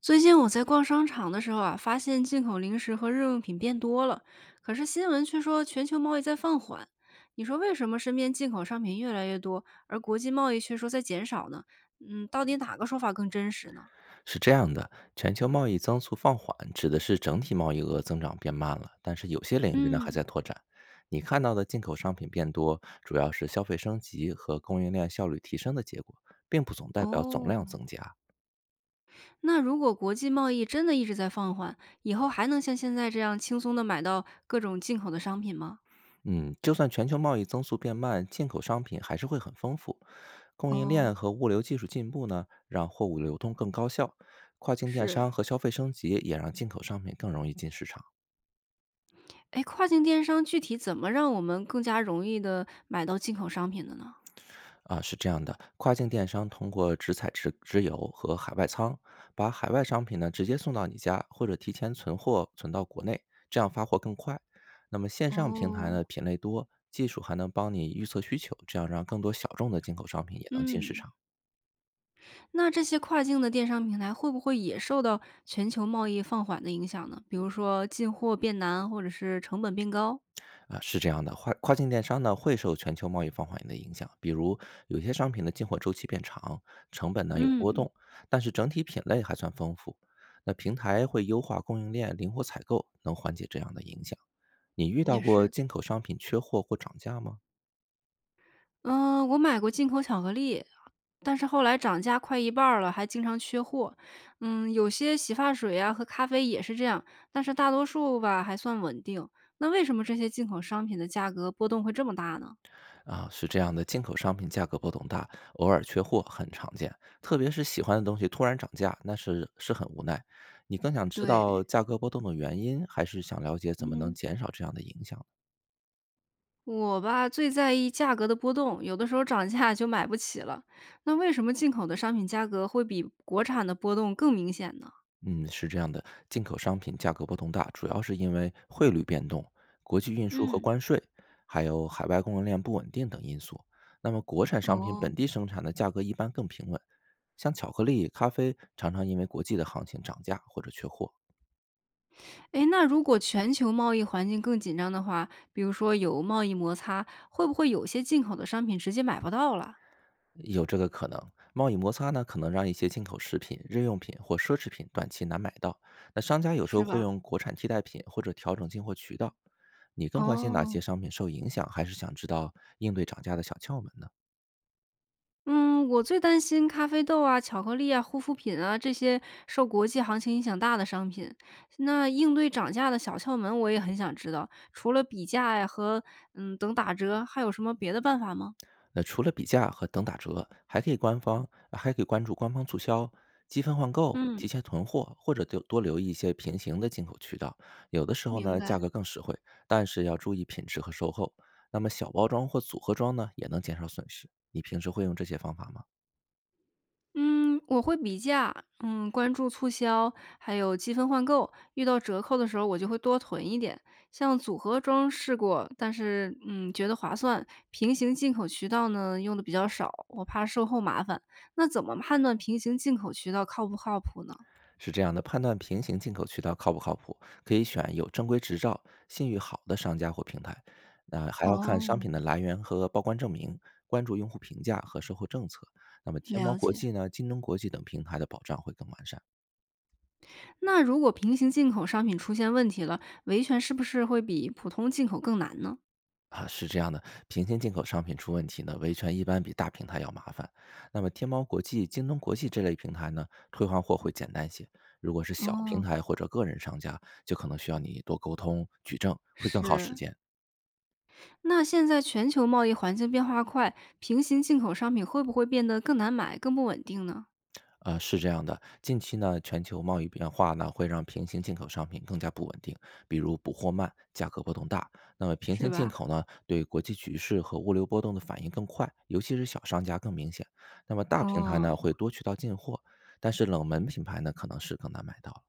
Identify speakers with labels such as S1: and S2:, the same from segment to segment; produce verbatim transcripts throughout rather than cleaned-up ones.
S1: 最近我在逛商场的时候啊，发现进口零食和日用品变多了，可是新闻却说全球贸易在放缓。你说为什么身边进口商品越来越多，而国际贸易却说在减少呢？嗯，到底哪个说法更真实呢？
S2: 是这样的，全球贸易增速放缓指的是整体贸易额增长变慢了，但是有些领域呢还
S1: 嗯，
S2: 在拓展。你看到的进口商品变多，主要是消费升级和供应链效率提升的结果，并不总代表总
S1: 哦，
S2: 量增加。
S1: 那如果国际贸易真的一直在放缓，以后还能像现在这样轻松的买到各种进口的商品吗？
S2: 嗯，就算全球贸易增速变慢，进口商品还是会很丰富。供应链
S1: 哦，
S2: 和物流技术进步呢，让货物流通更高效；跨境电
S1: 是。
S2: 商和消费升级也让进口商品更容易进市场。
S1: 哎，跨境电商具体怎么让我们更加容易的买到进口商品的呢？
S2: 啊，是这样的，跨境电商通过直采直直邮和海外仓，把海外商品呢直接送到你家，或者提前存货存到国内，这样发货更快。那么线上平台
S1: 哦，
S2: 呢，品类多，技术还能帮你预测需求，这样让更多小众的进口商品也能进市
S1: 嗯，
S2: 场。
S1: 那这些跨境的电商平台会不会也受到全球贸易放缓的影响呢？比如说进货变难，或者是成本变高？
S2: 啊，是这样的，跨跨境电商呢会受全球贸易放缓的影响，比如有些商品的进货周期变长，成本呢有波
S1: 嗯，
S2: 动，但是整体品类还算丰富。那平台会优化供应链，灵活采购，能缓解这样的影响。你遇
S1: 也
S2: 到过
S1: 是。
S2: 进口商品缺货或涨价吗？
S1: 嗯，我买过进口巧克力，但是后来涨价快一半儿了，还经常缺货。嗯，有些洗发水啊和咖啡也是这样，但是大多数吧还算稳定。那为什么这些进口商品的价格波动会这么大呢？
S2: 啊，是这样的，进口商品价格波动大，偶尔缺货很常见，特别是喜欢的东西突然涨价，那是是很无奈。你更想知道
S1: 对，
S2: 价格波动的原因，还是想了解怎么能
S1: 嗯。
S2: 减少这样的影响呢？
S1: 我吧，最在意价格的波动，有的时候涨价就买不起了。那为什么进口的商品价格会比国产的波动更明显呢？
S2: 嗯，是这样的，进口商品价格波动大，主要是因为汇率变动、国际运输和
S1: 嗯，
S2: 关税，还有海外供应链不稳定等因素。那么国产商品
S1: 哦，
S2: 本地生产的价格一般更平稳，像巧克力、咖啡常常因为国际的行情涨价或者缺货。
S1: 诶，那如果全球贸易环境更紧张的话，比如说有贸易摩擦，会不会有些进口的商品直接买不到了，
S2: 有这个可能。贸易摩擦呢，可能让一些进口食品、日用品或奢侈品短期难买到。那商家有时
S1: 是
S2: 候会
S1: 吧？
S2: 用国产替代品或者调整进货渠道。你更关心哪些
S1: 哦，
S2: 商品受影响，还是想知道应对涨价的小窍门呢？
S1: 嗯，我最担心咖啡豆啊、巧克力啊、护肤品啊这些受国际行情影响大的商品。那应对涨价的小窍门，我也很想知道。除了比价呀和嗯等打折，还有什么别的办法吗？
S2: 那除了比价和等打折，还可以官方还可以关注官方促销、积分换购、
S1: 嗯，
S2: 提前囤货，或者多多留意一些平行的进口渠道。有的时候
S1: 明
S2: 呢，价
S1: 白。
S2: 格更实惠，但是要注意品质和售后。那么小包装或组合装呢，也能减少损失。你平时会用这些方法吗？
S1: 嗯，我会比价，嗯，关注促销，还有积分换购。遇到折扣的时候，我就会多囤一点。像组合装试过，但是嗯，觉得划算。平行进口渠道呢，用的比较少，我怕售后麻烦。那怎么判断平行进口渠道靠不靠谱呢？
S2: 是这样的，判断平行进口渠道靠不靠谱，可以选有正规执照、信誉好的商家或平台。那还要看商
S1: 哦，
S2: 品的来源和报关证明，关注用户评价和售后政策。那么天猫
S1: 了
S2: 国
S1: 解。
S2: 际呢、京东国际等平台的保障会更完善。
S1: 那如果平行进口商品出现问题了，维权是不是会比普通进口更难呢？
S2: 啊，是这样的，平行进口商品出问题呢，维权一般比大平台要麻烦。那么天猫国际、京东国际这类平台呢，退换货会简单些。如果是小平
S1: 哦，
S2: 台或者个人商家，就可能需要你多沟通、举证，会更耗时
S1: 是，
S2: 间。
S1: 那现在全球贸易环境变化快，平行进口商品会不会变得更难买、更不稳定呢？
S2: 呃，是这样的，近期呢，全球贸易变化呢，会让平行进口商品更加不稳定，比如补货慢，价格波动大。那么平
S1: 是
S2: 行进
S1: 吧？
S2: 口呢，对国际局势和物流波动的反应更快，尤其是小商家更明显。那么大平台
S1: 哦，
S2: 呢，会多渠道进货，但是冷门品牌呢，可能是更难买到了。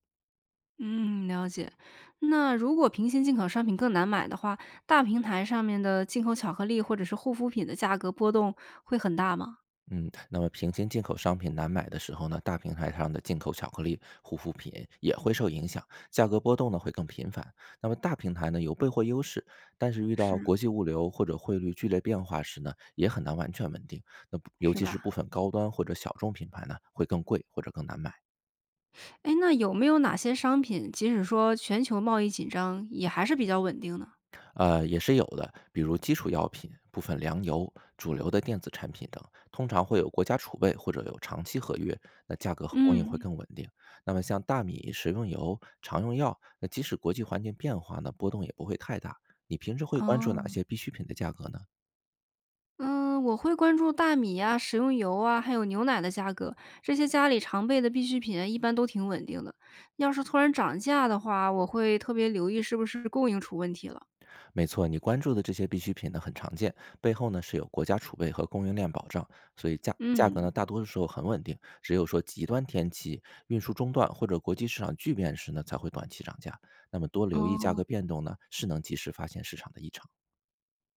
S1: 嗯，了解。那如果平行进口商品更难买的话，大平台上面的进口巧克力或者是护肤品的价格波动会很大吗？
S2: 嗯，那么平行进口商品难买的时候呢，大平台上的进口巧克力、护肤品也会受影响，价格波动呢会更频繁。那么大平台呢有备货优势，但是遇到
S1: 是，
S2: 国际物流或者汇率剧烈变化时呢，也很难完全稳定。那不尤
S1: 是
S2: 其是部
S1: 吧？
S2: 分高端或者小众品牌呢，会更贵或者更难买。
S1: 哎，那有没有哪些商品，即使说全球贸易紧张，也还是比较稳定呢？
S2: 呃，也是有的，比如基础药品、部分粮油、主流的电子产品等，通常会有国家储备或者有长期合约，那价格和供应会
S1: 嗯，
S2: 更稳定。那么像大米、食用油、常用药，那即使国际环境变化呢，波动也不会太大。你平时会关注哪
S1: 哦。
S2: 些必需品的价格呢？
S1: 嗯，我会关注大米呀、食用油啊，还有牛奶的价格，这些家里常备的必需品一般都挺稳定的。要是突然涨价的话，我会特别留意是不是供应出问题了。
S2: 没错，你关注的这些必需品呢很常见，背后呢是有国家储备和供应链保障，所以价价格
S1: 嗯，
S2: 呢大多数时候很稳定。只有说极端天气、运输中断或者国际市场巨变时呢，才会短期涨价。那么多留意价
S1: 哦，
S2: 格变动呢，是能及时发现市场的异常。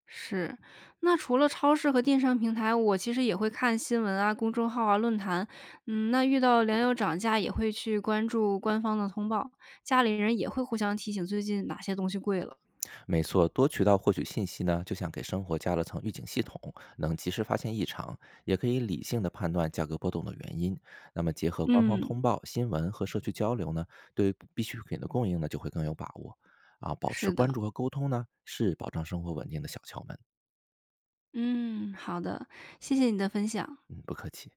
S1: 是。那除了超市和电商平台，我其实也会看新闻啊、公众号啊、论坛。嗯，那遇到粮油涨价，也会去关注官方的通报，家里人也会互相提醒最近哪些东西贵了。
S2: 没错，多渠道获取信息呢，就像给生活加了层预警系统，能及时发现异常，也可以理性的判断价格波动的原因。那么结合官方
S1: 嗯，
S2: 通报、新闻和社区交流呢，对于必需品的供应呢，就会更有把握。啊，保持
S1: 是的。
S2: 关注和沟通呢，是保障生活稳定的小窍门。
S1: 嗯，好的，谢谢你的分享。
S2: 嗯，不客气。